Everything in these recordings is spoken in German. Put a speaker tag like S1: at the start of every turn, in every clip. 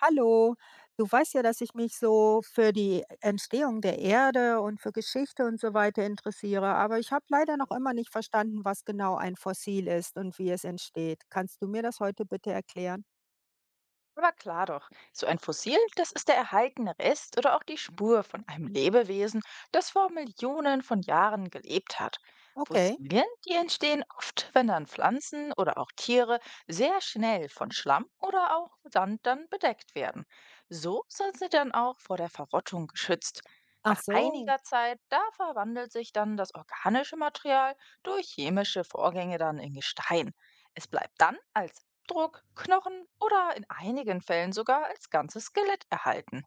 S1: Hallo, du weißt ja, dass ich mich so für die Entstehung der Erde und für Geschichte und so weiter interessiere, aber ich habe leider noch immer nicht verstanden, was genau ein Fossil ist und wie es entsteht. Kannst du mir das heute bitte erklären?
S2: Aber klar doch, so ein Fossil, das ist der erhaltene Rest oder auch die Spur von einem Lebewesen, das vor Millionen von Jahren gelebt hat.
S1: Okay.
S2: Fossilien, die entstehen oft, wenn dann Pflanzen oder auch Tiere sehr schnell von Schlamm oder auch Sand dann bedeckt werden. So sind sie dann auch vor der Verrottung geschützt.
S1: Ach
S2: Nach
S1: so.
S2: einiger Zeit, da verwandelt sich dann das organische Material durch chemische Vorgänge dann in Gestein. Es bleibt dann als Abdruck, Knochen oder in einigen Fällen sogar als ganzes Skelett erhalten.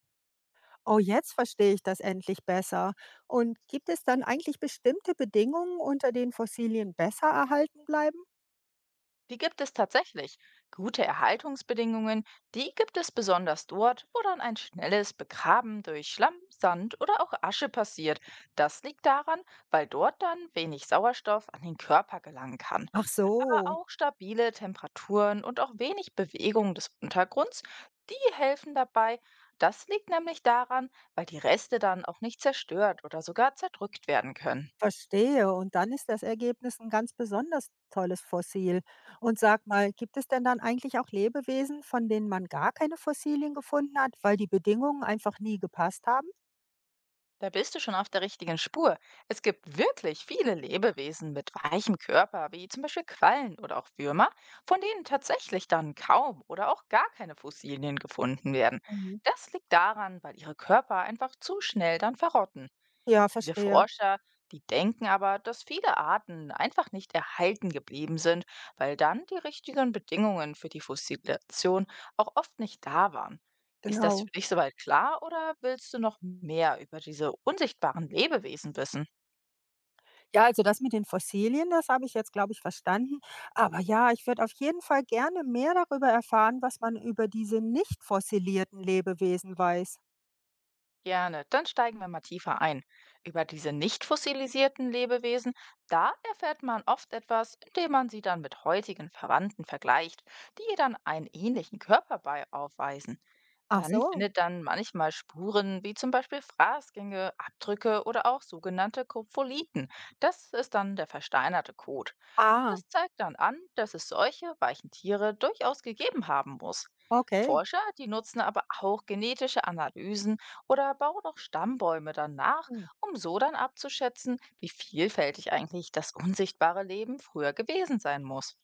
S1: Oh, jetzt verstehe ich das endlich besser. Und gibt es dann eigentlich bestimmte Bedingungen, unter denen Fossilien besser erhalten bleiben?
S2: Die gibt es tatsächlich. Gute Erhaltungsbedingungen, die gibt es besonders dort, wo dann ein schnelles Begraben durch Schlamm, Sand oder auch Asche passiert. Das liegt daran, weil dort dann wenig Sauerstoff an den Körper gelangen kann.
S1: Ach
S2: Aber
S1: so.
S2: auch stabile Temperaturen und auch wenig Bewegung des Untergrunds, die helfen dabei. Das liegt nämlich daran, weil die Reste dann auch nicht zerstört oder sogar zerdrückt werden können.
S1: Verstehe. Und dann ist das Ergebnis ein ganz besonders tolles Fossil. Und sag mal, gibt es denn dann eigentlich auch Lebewesen, von denen man gar keine Fossilien gefunden hat, weil die Bedingungen einfach nie gepasst haben?
S2: Da bist du schon auf der richtigen Spur. Es gibt wirklich viele Lebewesen mit weichem Körper, wie zum Beispiel Quallen oder auch Würmer, von denen tatsächlich dann kaum oder auch gar keine Fossilien gefunden werden.
S1: Mhm.
S2: Das liegt daran, weil ihre Körper einfach zu schnell dann verrotten.
S1: Ja,
S2: Viele
S1: verstehe.
S2: Forscher, die denken aber, dass viele Arten einfach nicht erhalten geblieben sind, weil dann die richtigen Bedingungen für die Fossilation auch oft nicht da waren. Ist das
S1: Genau.
S2: für dich soweit klar oder willst du noch mehr über diese unsichtbaren Lebewesen wissen?
S1: Ja, also das mit den Fossilien, das habe ich jetzt, glaube ich, verstanden. Aber ja, ich würde auf jeden Fall gerne mehr darüber erfahren, was man über diese nicht fossilierten Lebewesen weiß.
S2: Gerne, dann steigen wir mal tiefer ein. Über diese nicht fossilisierten Lebewesen, da erfährt man oft etwas, indem man sie dann mit heutigen Verwandten vergleicht, die ihr dann einen ähnlichen Körper bei aufweisen.
S1: Ach
S2: Man
S1: so.
S2: findet dann manchmal Spuren, wie zum Beispiel Fraßgänge, Abdrücke oder auch sogenannte Kopfoliten. Das ist dann der versteinerte Kot.
S1: Ah,
S2: Das zeigt dann an, dass es solche weichen Tiere durchaus gegeben haben muss.
S1: okay.
S2: Forscher, die nutzen aber auch genetische Analysen oder bauen auch Stammbäume dann nach,
S1: Mhm.
S2: um so dann abzuschätzen, wie vielfältig eigentlich das unsichtbare Leben früher gewesen sein muss.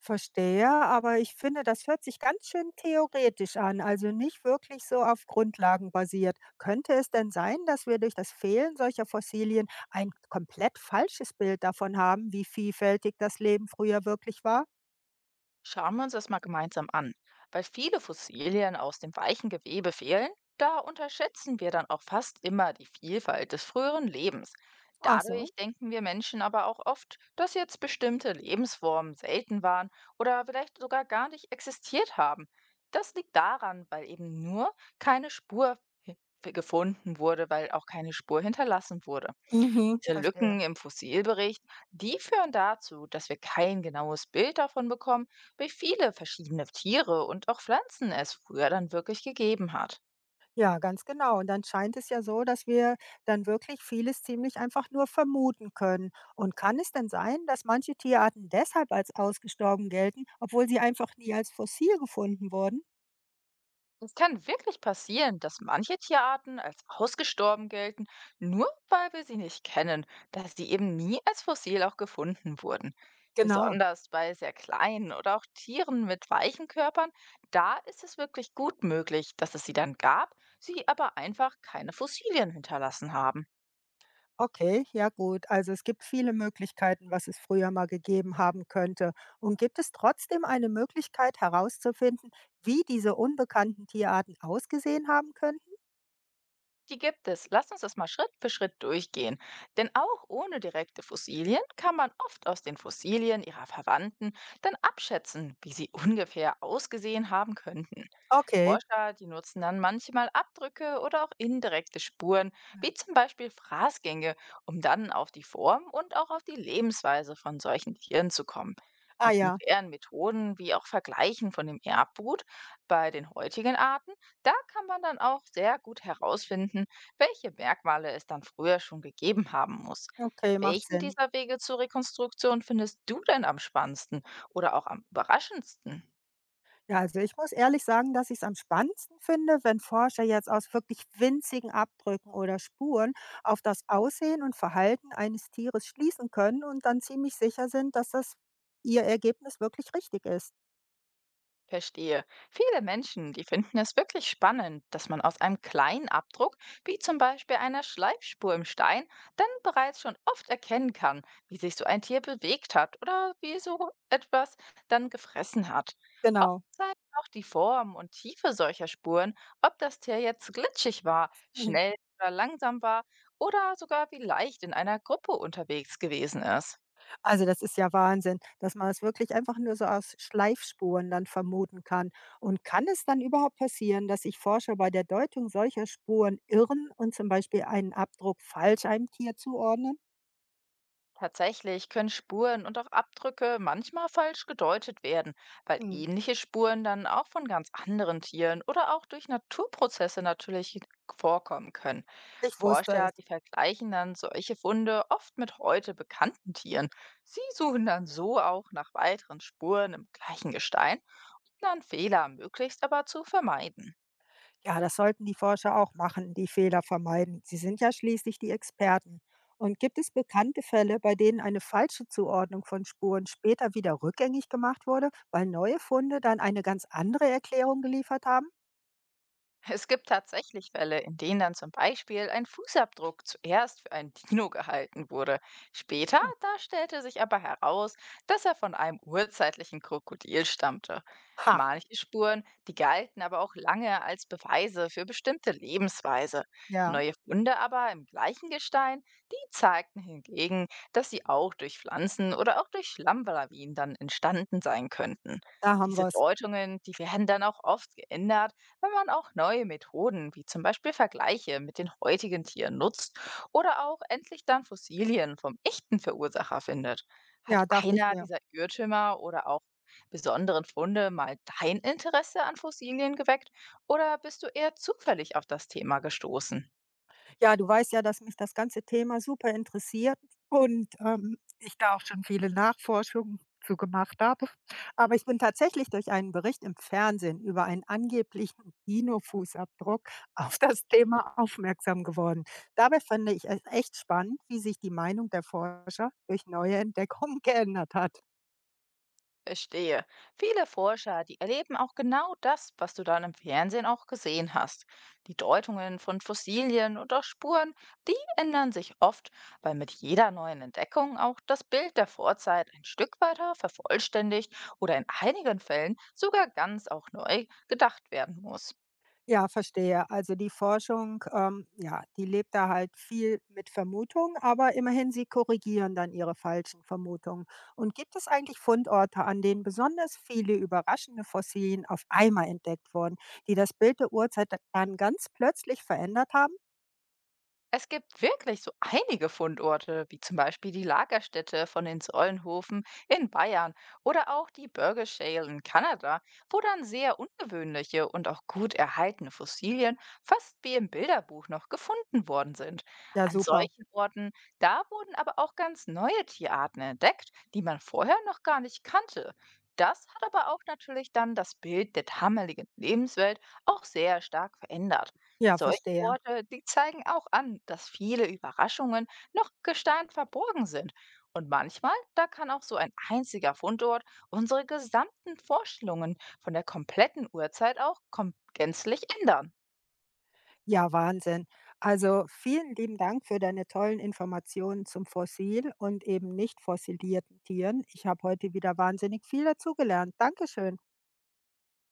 S1: Verstehe, aber ich finde, das hört sich ganz schön theoretisch an, also nicht wirklich so auf Grundlagen basiert. Könnte es denn sein, dass wir durch das Fehlen solcher Fossilien ein komplett falsches Bild davon haben, wie vielfältig das Leben früher wirklich war?
S2: Schauen wir uns das mal gemeinsam an. Weil viele Fossilien aus dem weichen Gewebe fehlen, da unterschätzen wir dann auch fast immer die Vielfalt des früheren Lebens.
S1: Ach so.
S2: Dadurch denken wir Menschen aber auch oft, dass jetzt bestimmte Lebensformen selten waren oder vielleicht sogar gar nicht existiert haben. Das liegt daran, weil eben nur keine Spur hi- gefunden wurde, weil auch keine Spur hinterlassen wurde.
S1: Mhm,
S2: Diese
S1: verstehe.
S2: Lücken im Fossilbericht, die führen dazu, dass wir kein genaues Bild davon bekommen, wie viele verschiedene Tiere und auch Pflanzen es früher dann wirklich gegeben hat.
S1: Ja, ganz genau. Und dann scheint es ja so, dass wir dann wirklich vieles ziemlich einfach nur vermuten können. Und kann es denn sein, dass manche Tierarten deshalb als ausgestorben gelten, obwohl sie einfach nie als fossil gefunden wurden?
S2: Es kann wirklich passieren, dass manche Tierarten als ausgestorben gelten, nur weil wir sie nicht kennen, da sie eben nie als Fossil auch gefunden wurden.
S1: Genau.
S2: Besonders bei sehr kleinen oder auch Tieren mit weichen Körpern, da ist es wirklich gut möglich, dass es sie dann gab, sie aber einfach keine Fossilien hinterlassen haben.
S1: Okay, ja gut. Also es gibt viele Möglichkeiten, was es früher mal gegeben haben könnte. Und gibt es trotzdem eine Möglichkeit herauszufinden, wie diese unbekannten Tierarten ausgesehen haben könnten?
S2: Die gibt es. Lass uns das mal Schritt für Schritt durchgehen. Denn auch ohne direkte Fossilien kann man oft aus den Fossilien ihrer Verwandten dann abschätzen, wie sie ungefähr ausgesehen haben könnten.
S1: Okay.
S2: Forscher, die nutzen dann manchmal Abdrücke oder auch indirekte Spuren,
S1: Hm.
S2: wie zum Beispiel Fraßgänge, um dann auf die Form und auch auf die Lebensweise von solchen Tieren zu kommen.
S1: Ah
S2: Mit
S1: ja,
S2: modernen Methoden wie auch Vergleichen von dem Erbgut bei den heutigen Arten, da kann man dann auch sehr gut herausfinden, welche Merkmale es dann früher schon gegeben haben muss.
S1: okay, macht
S2: Welchen
S1: Sinn.
S2: dieser Wege zur Rekonstruktion findest du denn am spannendsten oder auch am überraschendsten?
S1: Ja, also ich muss ehrlich sagen, dass ich es am spannendsten finde, wenn Forscher jetzt aus wirklich winzigen Abdrücken oder Spuren auf das Aussehen und Verhalten eines Tieres schließen können und dann ziemlich sicher sind, dass das ihr Ergebnis wirklich richtig ist.
S2: Verstehe. Viele Menschen, die finden es wirklich spannend, dass man aus einem kleinen Abdruck, wie zum Beispiel einer Schleifspur im Stein, dann bereits schon oft erkennen kann, wie sich so ein Tier bewegt hat oder wie so etwas dann gefressen hat. Oft
S1: Genau.
S2: zeigen auch die Form und Tiefe solcher Spuren, ob das Tier jetzt glitschig war,
S1: Mhm.
S2: schnell oder langsam war oder sogar wie leicht in einer Gruppe unterwegs gewesen ist.
S1: Also, das ist ja Wahnsinn, dass man es wirklich einfach nur so aus Schleifspuren dann vermuten kann. Und kann es dann überhaupt passieren, dass sich Forscher bei der Deutung solcher Spuren irren und zum Beispiel einen Abdruck falsch einem Tier zuordnen?
S2: Tatsächlich können Spuren und auch Abdrücke manchmal falsch gedeutet werden, weil
S1: Hm,
S2: ähnliche Spuren dann auch von ganz anderen Tieren oder auch durch Naturprozesse natürlich vorkommen können.
S1: ich wusste
S2: Forscher,
S1: es.
S2: die vergleichen dann solche Funde oft mit heute bekannten Tieren. Sie suchen dann so auch nach weiteren Spuren im gleichen Gestein, um dann Fehler möglichst aber zu vermeiden.
S1: Ja, das sollten die Forscher auch machen, die Fehler vermeiden. Sie sind ja schließlich die Experten. Und gibt es bekannte Fälle, bei denen eine falsche Zuordnung von Spuren später wieder rückgängig gemacht wurde, weil neue Funde dann eine ganz andere Erklärung geliefert haben?
S2: Es gibt tatsächlich Fälle, in denen dann zum Beispiel ein Fußabdruck zuerst für einen Dino gehalten wurde. Später,
S1: Hm.
S2: da stellte sich aber heraus, dass er von einem urzeitlichen Krokodil stammte.
S1: Ha,
S2: Manche Spuren, die galten aber auch lange als Beweise für bestimmte Lebensweise.
S1: ja.
S2: Neue Funde aber im gleichen Gestein, die zeigten hingegen, dass sie auch durch Pflanzen oder auch durch Schlammlawinen dann entstanden sein könnten.
S1: Da haben
S2: Diese
S1: wir's.
S2: Deutungen, die werden dann auch oft geändert, wenn man auch neue Methoden wie zum Beispiel Vergleiche mit den heutigen Tieren nutzt oder auch endlich dann Fossilien vom echten Verursacher findet. Hat
S1: Ja, dachte ich
S2: einer
S1: mir.
S2: dieser Irrtümer oder auch besonderen Funde mal dein Interesse an Fossilien geweckt oder bist du eher zufällig auf das Thema gestoßen?
S1: Ja, du weißt ja, dass mich das ganze Thema super interessiert und, ich da auch schon viele Nachforschungen zu gemacht habe. Aber ich bin tatsächlich durch einen Bericht im Fernsehen über einen angeblichen Dino-Fußabdruck auf das Thema aufmerksam geworden. Dabei finde ich es echt spannend, wie sich die Meinung der Forscher durch neue Entdeckungen geändert hat.
S2: Verstehe. Viele Forscher, die erleben auch genau das, was du dann im Fernsehen auch gesehen hast. Die Deutungen von Fossilien und auch Spuren, die ändern sich oft, weil mit jeder neuen Entdeckung auch das Bild der Vorzeit ein Stück weiter vervollständigt oder in einigen Fällen sogar ganz auch neu gedacht werden muss.
S1: Ja, verstehe. Also die Forschung, ja, die lebt da halt viel mit Vermutungen, aber immerhin, sie korrigieren dann ihre falschen Vermutungen. Und gibt es eigentlich Fundorte, an denen besonders viele überraschende Fossilien auf einmal entdeckt wurden, die das Bild der Urzeit dann ganz plötzlich verändert haben?
S2: Es gibt wirklich so einige Fundorte, wie zum Beispiel die Lagerstätte von den Säulenhofen in Bayern oder auch die Burger Shale in Kanada, wo dann sehr ungewöhnliche und auch gut erhaltene Fossilien fast wie im Bilderbuch noch gefunden worden sind.
S1: Ja,
S2: An
S1: super.
S2: solchen Orten, da wurden aber auch ganz neue Tierarten entdeckt, die man vorher noch gar nicht kannte. Das hat aber auch natürlich dann das Bild der damaligen Lebenswelt auch sehr stark verändert.
S1: Ja,
S2: Solche
S1: verstehe.
S2: Orte, die zeigen auch an, dass viele Überraschungen noch im Gestein verborgen sind. Und manchmal, da kann auch so ein einziger Fundort unsere gesamten Vorstellungen von der kompletten Urzeit auch kom gänzlich ändern.
S1: Ja, Wahnsinn. Also vielen lieben Dank für deine tollen Informationen zum Fossil und eben nicht fossilierten Tieren. Ich habe heute wieder wahnsinnig viel dazugelernt. Dankeschön.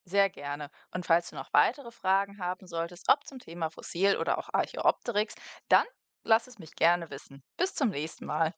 S2: Sehr gerne. Und falls du noch weitere Fragen haben solltest, ob zum Thema Fossil oder auch Archäopteryx, dann lass es mich gerne wissen. Bis zum nächsten Mal.